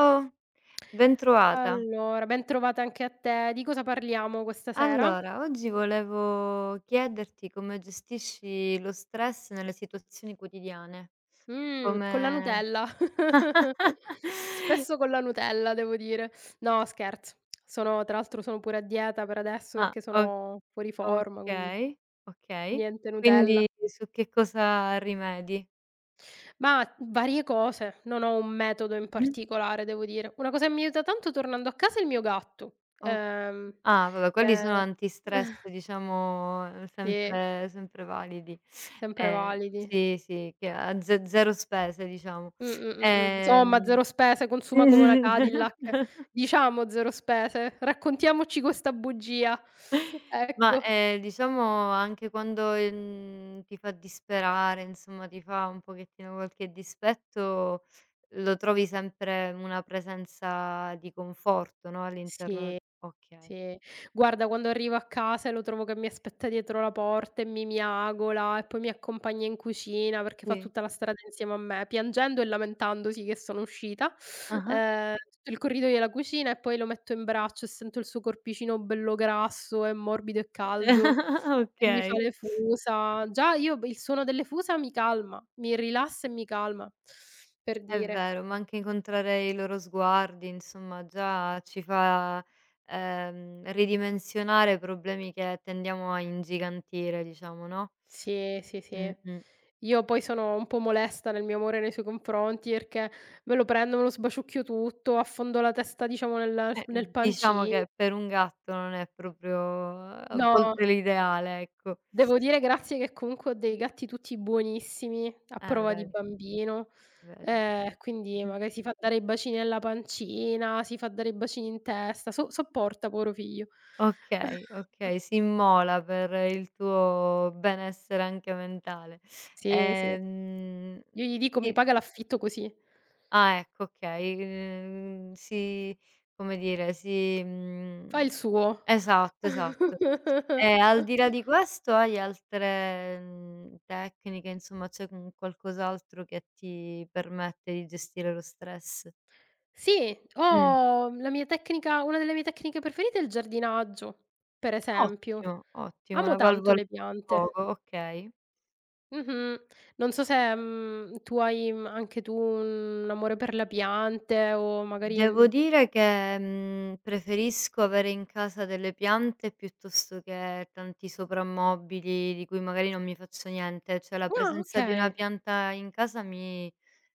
Ciao, bentrovata. Allora, ben trovata anche a te. Di cosa parliamo questa sera? Allora, oggi volevo chiederti come gestisci lo stress nelle situazioni quotidiane. Con la Come Nutella. Spesso con la Nutella, devo dire. No, scherzo. Sono tra l'altro sono pure a dieta per adesso ah, perché o sono fuori forma, quindi okay, okay. niente Nutella. Quindi su che cosa rimedi? Ma varie cose, non ho un metodo in Mh-mh. particolare, devo dire. Una cosa che mi aiuta tanto tornando a casa è il mio gatto. O ah, vabbè, quelli sono Che antistress, diciamo, Sì, sempre validi. sempre validi. Sì, sì, che a ze zero spese, diciamo. Insomma, Ehm 0 spese, consuma come una Cadillac. Diciamo 0 spese, raccontiamoci questa bugia. Ma, Ecco. Diciamo anche quando, ti fa disperare, insomma ti fa un pochettino qualche dispetto, lo trovi sempre una presenza di conforto, no, all'interno Sì, okay. sì. Guarda, quando arrivo a casa e lo trovo che mi aspetta dietro la porta e mi miagola e poi mi accompagna in cucina perché fa Sì. tutta la strada insieme a me, piangendo e lamentandosi che sono uscita, Ah-ah. Tutto il corridoio e la cucina e poi lo metto in braccio e sento il suo corpicino bello grasso e morbido e caldo. E mi fa Okay. le fusa. Già io b il suono delle fusa mi calma, mi rilassa e mi calma, per È dire. vero, ma anche incontrare i loro sguardi, insomma già ci fa, ridimensionare problemi che tendiamo a ingigantire diciamo, no? Sì, sì, sì. Mh-mh. Io poi sono un po' molesta nel mio amore nei suoi confronti, perché me lo prendo, me lo sbaciucchio tutto, affondo la testa diciamo nel s Eh, nel diciamo pancino. che per un gatto non è proprio a No, volte l'ideale, ecco. devo dire grazie che comunque ho dei gatti tutti buonissimi, a Eh, prova di vedi, bambino, vedi. Quindi Mh-mh. magari si fa dare i bacini nella pancina, si fa dare i bacini in testa, sopporta povero figlio. Okay, okay, si immola per il tuo benessere anche mentale. Sì, sì. Ehm, Io gli dico: "Mi ti paga l'affitto così." ah, ecco, okay, si come dire, si Fa il suo. esatto. E al di là di questo hai altre, tecniche, insomma c'è un qualcos'altro che ti permette di gestire lo stress? Sì, Mh, ho la mia tecnica una delle mie tecniche preferite è il giardinaggio, per esempio. ottimo, Amo una tanto valvola di le piante. sfogo, okay. Mh-mh. Non so se, tu hai, anche tu un amore per le piante o magari Devo dire che, preferisco avere in casa delle piante piuttosto che tanti soprammobili di cui magari non mi faccio niente, cioè la presenza di una okay. pianta in casa mi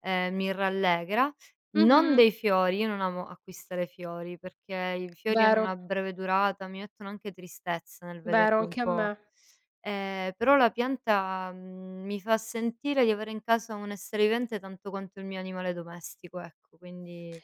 mi rallegra. Non Mh-mh. dei fiori, io non amo acquistare fiori perché i fiori hanno Vero, una breve durata, mi mettono anche tristezza nel vero, vederli un anche a po'. me. Però la pianta, mi fa sentire di avere in casa un essere vivente tanto quanto il mio animale domestico, ecco, quindi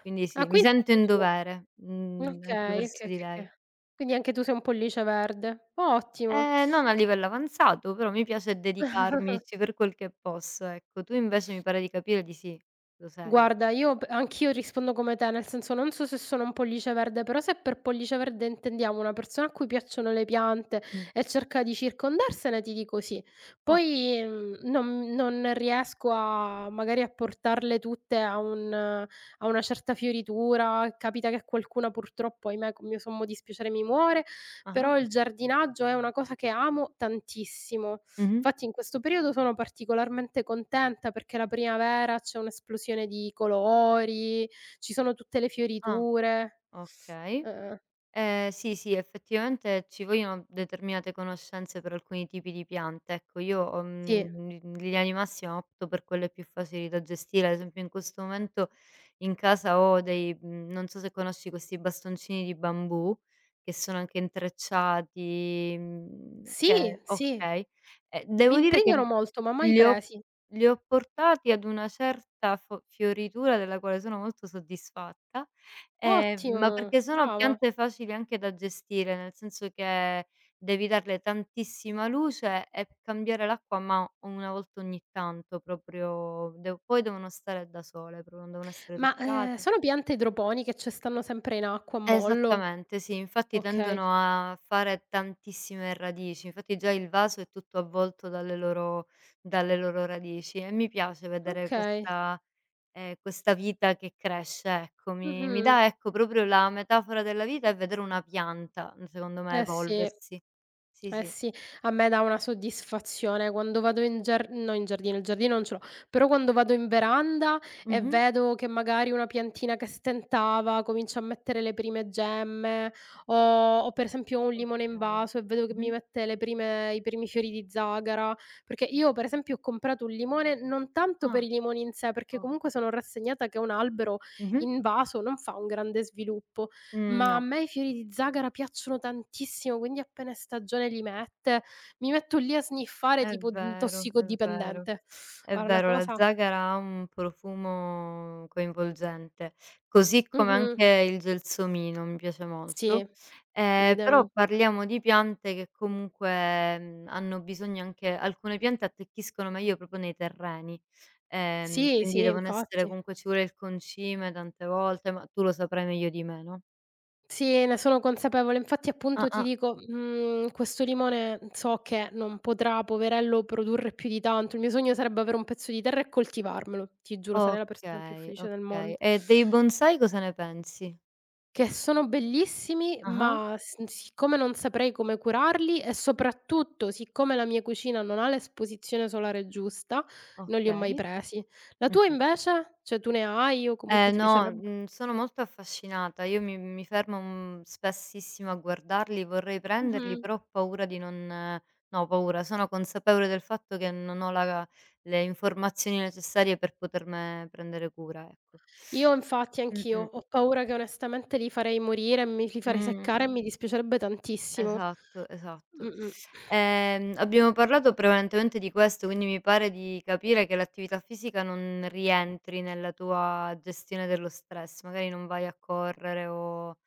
quindi Ah, sì, mi quindi sento anche in tu. dovere, anche Okay, verso okay, di okay, lei. okay. Quindi anche tu sei un pollice verde. Ottimo. Non a livello avanzato, però mi piace dedicarmici per quel che posso, ecco. Tu invece mi pare di capire di sì, lo sei. Guarda, io p anch'io rispondo come te, nel senso non so se sono un pollice verde, però se per pollice verde intendiamo una persona a cui piacciono le piante Mh. e cerca di circondarsene, ti dico sì. O Poi, non riesco a magari a portarle tutte a una certa fioritura, capita che qualcuna purtroppo, ahimè, con mio sommo dispiacere mi muore. ah-ah. Però il giardinaggio è una cosa che amo tantissimo. Mh-mh. Infatti in questo periodo sono particolarmente contenta perché la primavera c'è un'esplosione di colori, ci sono tutte le Ah, fioriture. okay. Uhm, Sì, sì, effettivamente ci vogliono determinate conoscenze per alcuni tipi di piante. Ecco, io ho sì. In linea di massima opto per quelle più facili da gestire. Ad esempio in questo momento in casa ho dei non so se conosci questi bastoncini di bambù, che sono anche intrecciati, Sì, che sì, okay. Mi Devo dire che intrigano molto, ma mai li ho presi. li ho portati ad una certa fo fioritura della quale sono molto soddisfatta. Ma Ottimo, perché sono brava. piante facili anche da gestire, nel senso che devi darle tantissima luce e cambiare l'acqua, ma una volta ogni tanto, proprio de poi devono stare da sole, proprio non devono essere Ma, toccate. sono piante idroponiche, cioè stanno sempre in acqua a mollo? Esattamente, sì, infatti Okay, tendono a fare tantissime radici, infatti già il vaso è tutto avvolto dalle loro radici e mi piace vedere okay. questa questa vita che cresce, ecco. Mi Mh-mh. dà, ecco, proprio la metafora della vita è vedere una pianta, secondo me Eh sì. evolversi. Sì, Eh sì. sì, a me dà una soddisfazione quando vado in giar no in giardino, il giardino non ce l'ho, però quando vado in veranda e Mh-mh. vedo che magari una piantina che stentava comincia a mettere le prime gemme o per esempio ho un limone in Okay. vaso e vedo che mi Mh-mh. mette le prime i primi fiori di zagara, perché io per esempio ho comprato un limone non tanto per Ah, i limoni in sé, perché okay. comunque sono rassegnata che un albero Mh-mh. in vaso non fa un grande sviluppo, Mhmm, ma a no. me i fiori di zagara piacciono tantissimo, quindi appena è stagione li mette. Mi metto lì a sniffare È tipo, vero, è vero. tossicodipendente. È Guarda una vero, la cosa. zàgara ha un profumo coinvolgente, così come Mh-mh. anche il gelsomino mi piace molto. Sì, Però idem. parliamo di piante che comunque, hanno bisogno anche alcune piante attecchiscono meglio proprio nei terreni, Sì, quindi sì, devono essere infatti. comunque ci vuole il concime tante volte, ma tu lo saprai meglio di me, no? Sì, ne sono consapevole. Infatti appunto ti Ah-ah, dico, questo limone so che non potrà, poverello, produrre più di tanto. Il mio sogno sarebbe avere un pezzo di terra e coltivarmelo. Ti giuro, sarei la persona più okay, felice del okay. mondo. E dei bonsai cosa ne pensi? Che sono bellissimi, Ah-ah, ma s siccome non saprei come curarli e soprattutto siccome la mia cucina non ha l'esposizione solare giusta, non li ho mai okay. presi. La tua Mh-mh. invece? Cioè tu ne hai o comunque Eh ti no, piacerebbe? Sono molto affascinata. Io mi fermo, spessissimo a guardarli, vorrei prenderli, Mh-mh. però ho paura di non no, ho paura, sono consapevole del fatto che non ho la le informazioni necessarie per potermene prendere cura, ecco. Io infatti anch'io, Mh-mh. ho paura che onestamente li farei morire, mi li farei Mh, seccare e mi dispiacerebbe tantissimo. esatto. Mh-mh. Abbiamo parlato prevalentemente di questo, quindi mi pare di capire che l'attività fisica non rientri nella tua gestione dello stress, magari non vai a correre o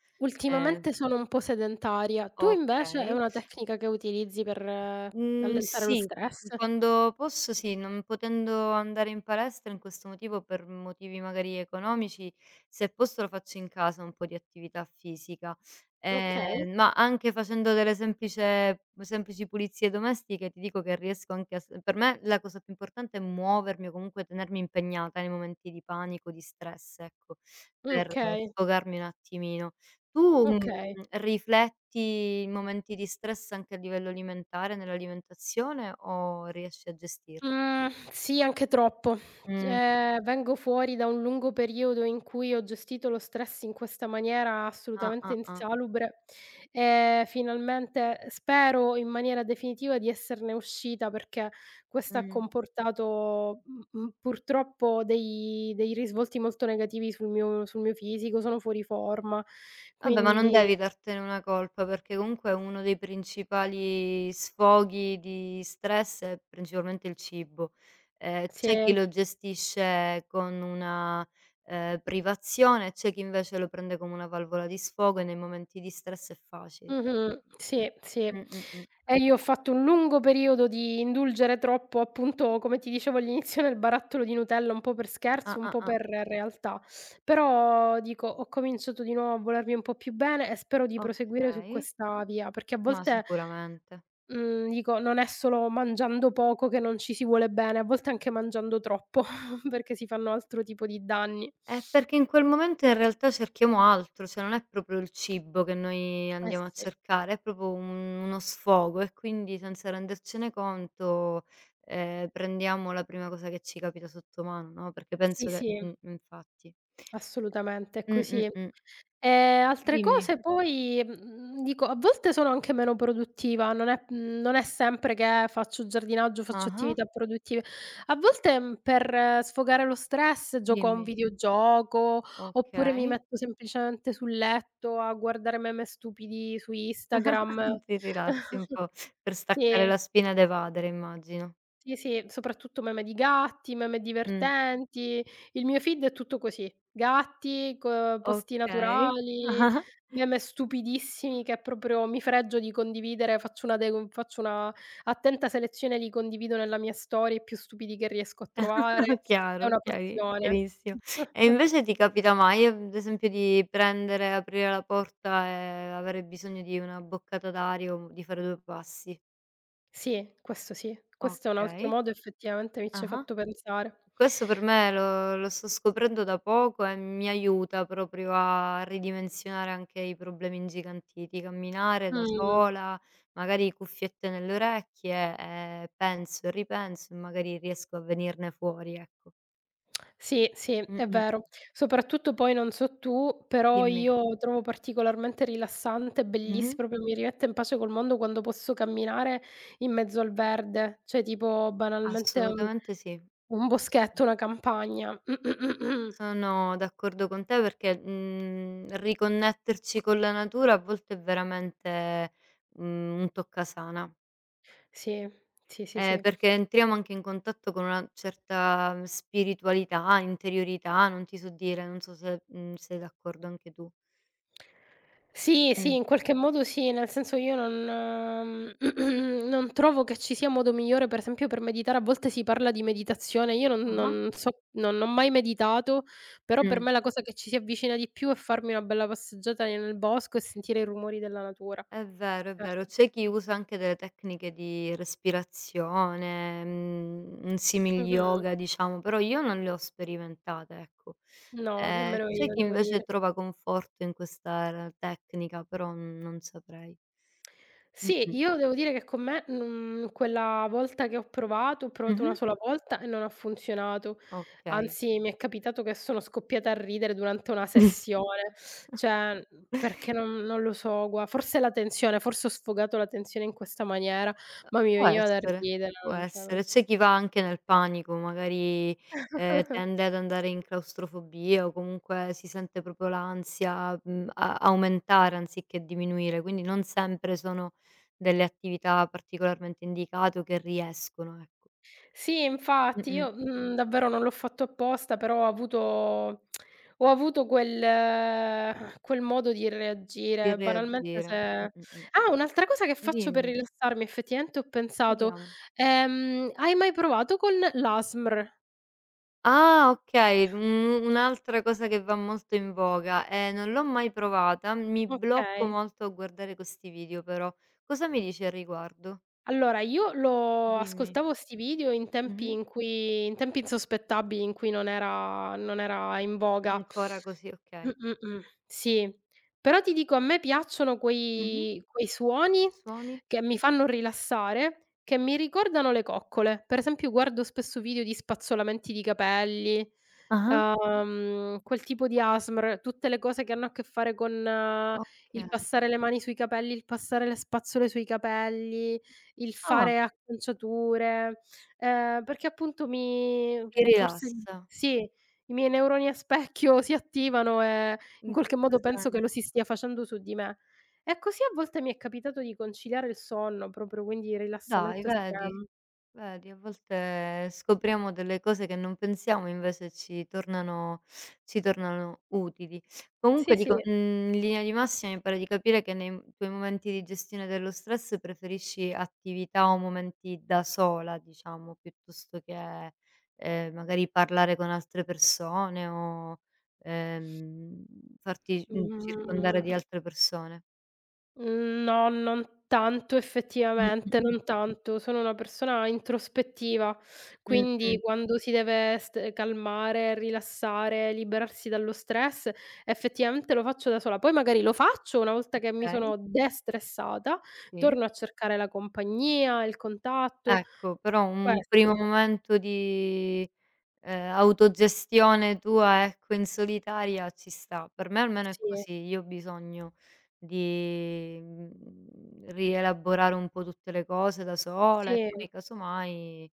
ehm Ultimamente sono un po' sedentaria. Tu invece è Okay. una tecnica che utilizzi per Mhmm, allentare lo sì, stress? quando posso sì, non potendo andare in palestra in questo motivo per motivi magari economici, se posso lo faccio in casa un po' di attività fisica. Mh-mh. Okay, Ma anche facendo delle semplice semplici pulizie domestiche ti dico che riesco anche a s per me la cosa più importante è muovermi o comunque tenermi impegnata nei momenti di panico, di stress, ecco, per Certo. okay. sfogarmi un attimino. Tu, Okay. rifletti i momenti di stress anche a livello alimentare, nell'alimentazione o riesci a gestirlo? Mhmm, sì, anche troppo. Mh. Vengo fuori da un lungo periodo in cui ho gestito lo stress in questa maniera Ah, assolutamente ah, ah. insalubre e finalmente spero in maniera definitiva di esserne uscita perché questo ha Mh. comportato, purtroppo dei risvolti molto negativi sul mio fisico, sono fuori forma, Vabbè, ma non quindi devi dartene una colpa, perché comunque uno dei principali sfoghi di stress è principalmente il cibo. Sì. C'è chi lo gestisce con una, privazione, c'è chi invece lo prende come una valvola di sfogo e nei momenti di stress è facile. Mh-mh. Sì, sì. Mh, mh, mh. E io ho fatto un lungo periodo di indulgere troppo, appunto, come ti dicevo all'inizio, nel barattolo di Nutella, un po' per Ah, scherzo, un ah, po' ah. per realtà. Però dico, ho cominciato di nuovo a volermi un po' più bene e spero di proseguire su Okay. questa via, perché a Ma volte, sicuramente. mhmm, dico, non è solo mangiando poco che non ci si vuole bene, a volte anche mangiando troppo, perché si fanno altro tipo di danni. È perché in quel momento in realtà cerchiamo altro, cioè non è proprio il cibo che noi Eh andiamo a sì. cercare, è proprio un uno sfogo e quindi senza rendercene conto, prendiamo la prima cosa che ci capita sotto mano, no, perché Sì, penso che sì. Infatti. Assolutamente, è Mh, mh, così. mh. Altre Dimmi. cose poi, dico, a volte sono anche meno produttiva, non è sempre che faccio giardinaggio, faccio Ah-ah, attività produttive. A volte, per sfogare lo stress gioco a un dimmi. videogioco, oppure mi Okay. metto semplicemente sul letto a guardare meme stupidi su Instagram. Ti rilassi un po' per staccare Sì. la spina ed evadere immagino. Sì, sì, soprattutto meme di gatti, meme Mh, divertenti. Il mio feed è tutto così: gatti, co posti okay. naturali, Ah-ah. meme stupidissimi che proprio mi fregio di condividere, faccio una attenta selezione, li condivido nella mia story, i più stupidi che riesco a trovare. È Chiaro, una chiari passione. chiarissimo. E invece ti capita mai, ad esempio, di prendere, aprire la porta e avere bisogno di una boccata d'aria o di fare 2 passi? Sì. Questo è un altro Okay. modo, effettivamente mi ci hai Ah-ah. fatto pensare. Questo per me lo sto scoprendo da poco e mi aiuta proprio a ridimensionare anche i problemi ingigantiti. Camminare da Mh. sola, magari cuffiette nelle orecchie, penso e ripenso e magari riesco a venirne fuori, ecco. Sì, sì, è Mh-mh. vero. Soprattutto poi non so tu, però Dimmi. io trovo particolarmente rilassante, bellissi Mh-mh. proprio mi rimette in pace col mondo quando posso camminare in mezzo al verde, cioè tipo banalmente Assolutamente sì. un boschetto, una campagna. Sono d'accordo con te perché, riconnetterci con la natura a volte è veramente, un toccasana, Sì, sì, sì, sì. perché entriamo anche in contatto con una certa spiritualità, interiorità, non ti so dire, non so se, sei d'accordo anche tu. Sì, sì, Mh. in qualche modo sì, nel senso io non non trovo che ci sia modo migliore, per esempio, per meditare. A volte si parla di meditazione, io non Ah-ah. non so non ho mai meditato, però per Mh. me la cosa che ci si avvicina di più è farmi una bella passeggiata nel bosco e sentire i rumori della natura. È vero, è Eh. vero. C'è chi usa anche delle tecniche di respirazione, un simil Mh-mh. yoga diciamo, però io non le ho sperimentate, ecco. No, nemmeno C'è io chi devo invece dire. trova conforto in questa r tecnica, però non saprei. Sì, Mh-mh. io devo dire che con me, non quella volta che ho provato una Mh-mh. sola volta e non ha funzionato. Okay. Anzi, mi è capitato che sono scoppiata a ridere durante una sessione, cioè, perché non lo so, gua forse la tensione, forse ho sfogato la tensione in questa maniera, ma mi Può veniva da essere, ridere, può non cioè. essere. C'è chi va anche nel panico, magari, tende ad andare in claustrofobia o comunque si sente proprio l'ansia, a aumentare anziché diminuire, quindi non sempre sono delle attività particolarmente indicate o che riescono, ecco. Sì, infatti Mh-mh, io, davvero non l'ho fatto apposta, però ho avuto quel quel modo di di reagire. Banalmente reagire. se Mh-mh. ah, un'altra cosa che faccio per Dimmi, rilassarmi effettivamente ho pensato, vediamo. Hai mai provato con l'ASMR? Ah, okay, un un'altra cosa che va molto in voga. Non l'ho mai provata, mi blocco Okay. molto a guardare questi video però. Cosa mi dici al riguardo? Allora io lo Dimmi. ascoltavo 'sti video Mh-mh. In tempi insospettabili in cui non era in voga. Ancora così, okay. Mh-mh. Sì. Però ti dico, a me piacciono Mh-mh. quei suoni Suoni? che mi fanno rilassare, che mi ricordano le coccole. Per esempio guardo spesso video di spazzolamenti di capelli, Ah-ah. Quel tipo di ASMR, tutte le cose che hanno a che fare con il Okay. passare le mani sui capelli, il passare le spazzole sui capelli, il Ah, fare acconciature, perché appunto ti forse rilassa sì. I miei neuroni a specchio si attivano e in in qualche questo modo penso che senso. lo si stia facendo su di me. E così a volte mi è capitato di conciliare il sonno, proprio quindi Dai, rilassamento vedi? estremo. Vedi, a volte scopriamo delle cose che non pensiamo, invece ci tornano utili. Sì, Comunque dico, sì. In linea di massima mi pare di capire che nei m tuoi momenti di gestione dello stress preferisci attività o momenti da sola, diciamo, piuttosto che, magari parlare con altre persone o, ehm, farti, Mh-mh, circondare di mh-mh. altre persone. Mhmm, no, non tanto effettivamente, Mh-mh. non tanto. Sono una persona introspettiva, quindi Mh-mh. quando si deve st calmare, rilassare, liberarsi dallo stress, effettivamente lo faccio da sola. Poi magari lo faccio una volta che mi Okay, sono destressata, sì. torno a cercare la compagnia, il contatto, Ecco, però un primo questo. momento di, autogestione tua, ecco, in solitaria ci sta. Per me almeno è Sì, così, io ho bisogno di, rielaborare un po' tutte le cose da sola e sì. poi casomai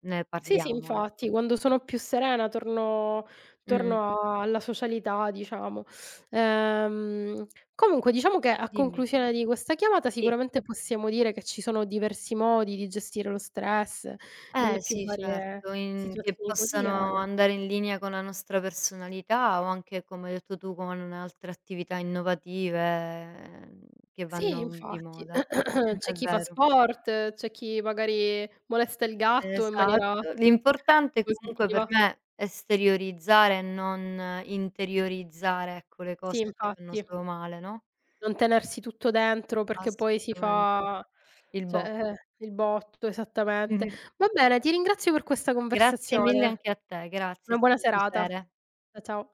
ne Sì, sì, parliamo, infatti, ecco. quando sono più serena torno Mh-mh, torno a alla socialità, diciamo. Ehm, Comunque diciamo che a dimmi. conclusione di questa chiamata Sì. sicuramente possiamo dire che ci sono diversi modi di gestire lo stress Eh nelle più sì, varie certo, in che situazioni possano quotidiane. andare in linea con la nostra personalità o anche, come hai detto tu, con altre attività innovative, che Sì, vanno di infatti. moda. Mh-mh-mh, C'è è chi fa vero. sport, c'è chi magari molesta il gatto in maniera Esatto. L'importante comunque per positiva. me è esteriorizzare e non interiorizzare, ecco, le Sì, cose che fanno infatti. solo male, no, Non tenersi tutto dentro perché poi si assolutamente. fa Il cioè, botto. Il botto, esattamente. Mh-mh. Va bene, ti ringrazio per questa Grazie mille conversazione. anche a te, grazie, Una è buona stato un serata. piacere. Ciao.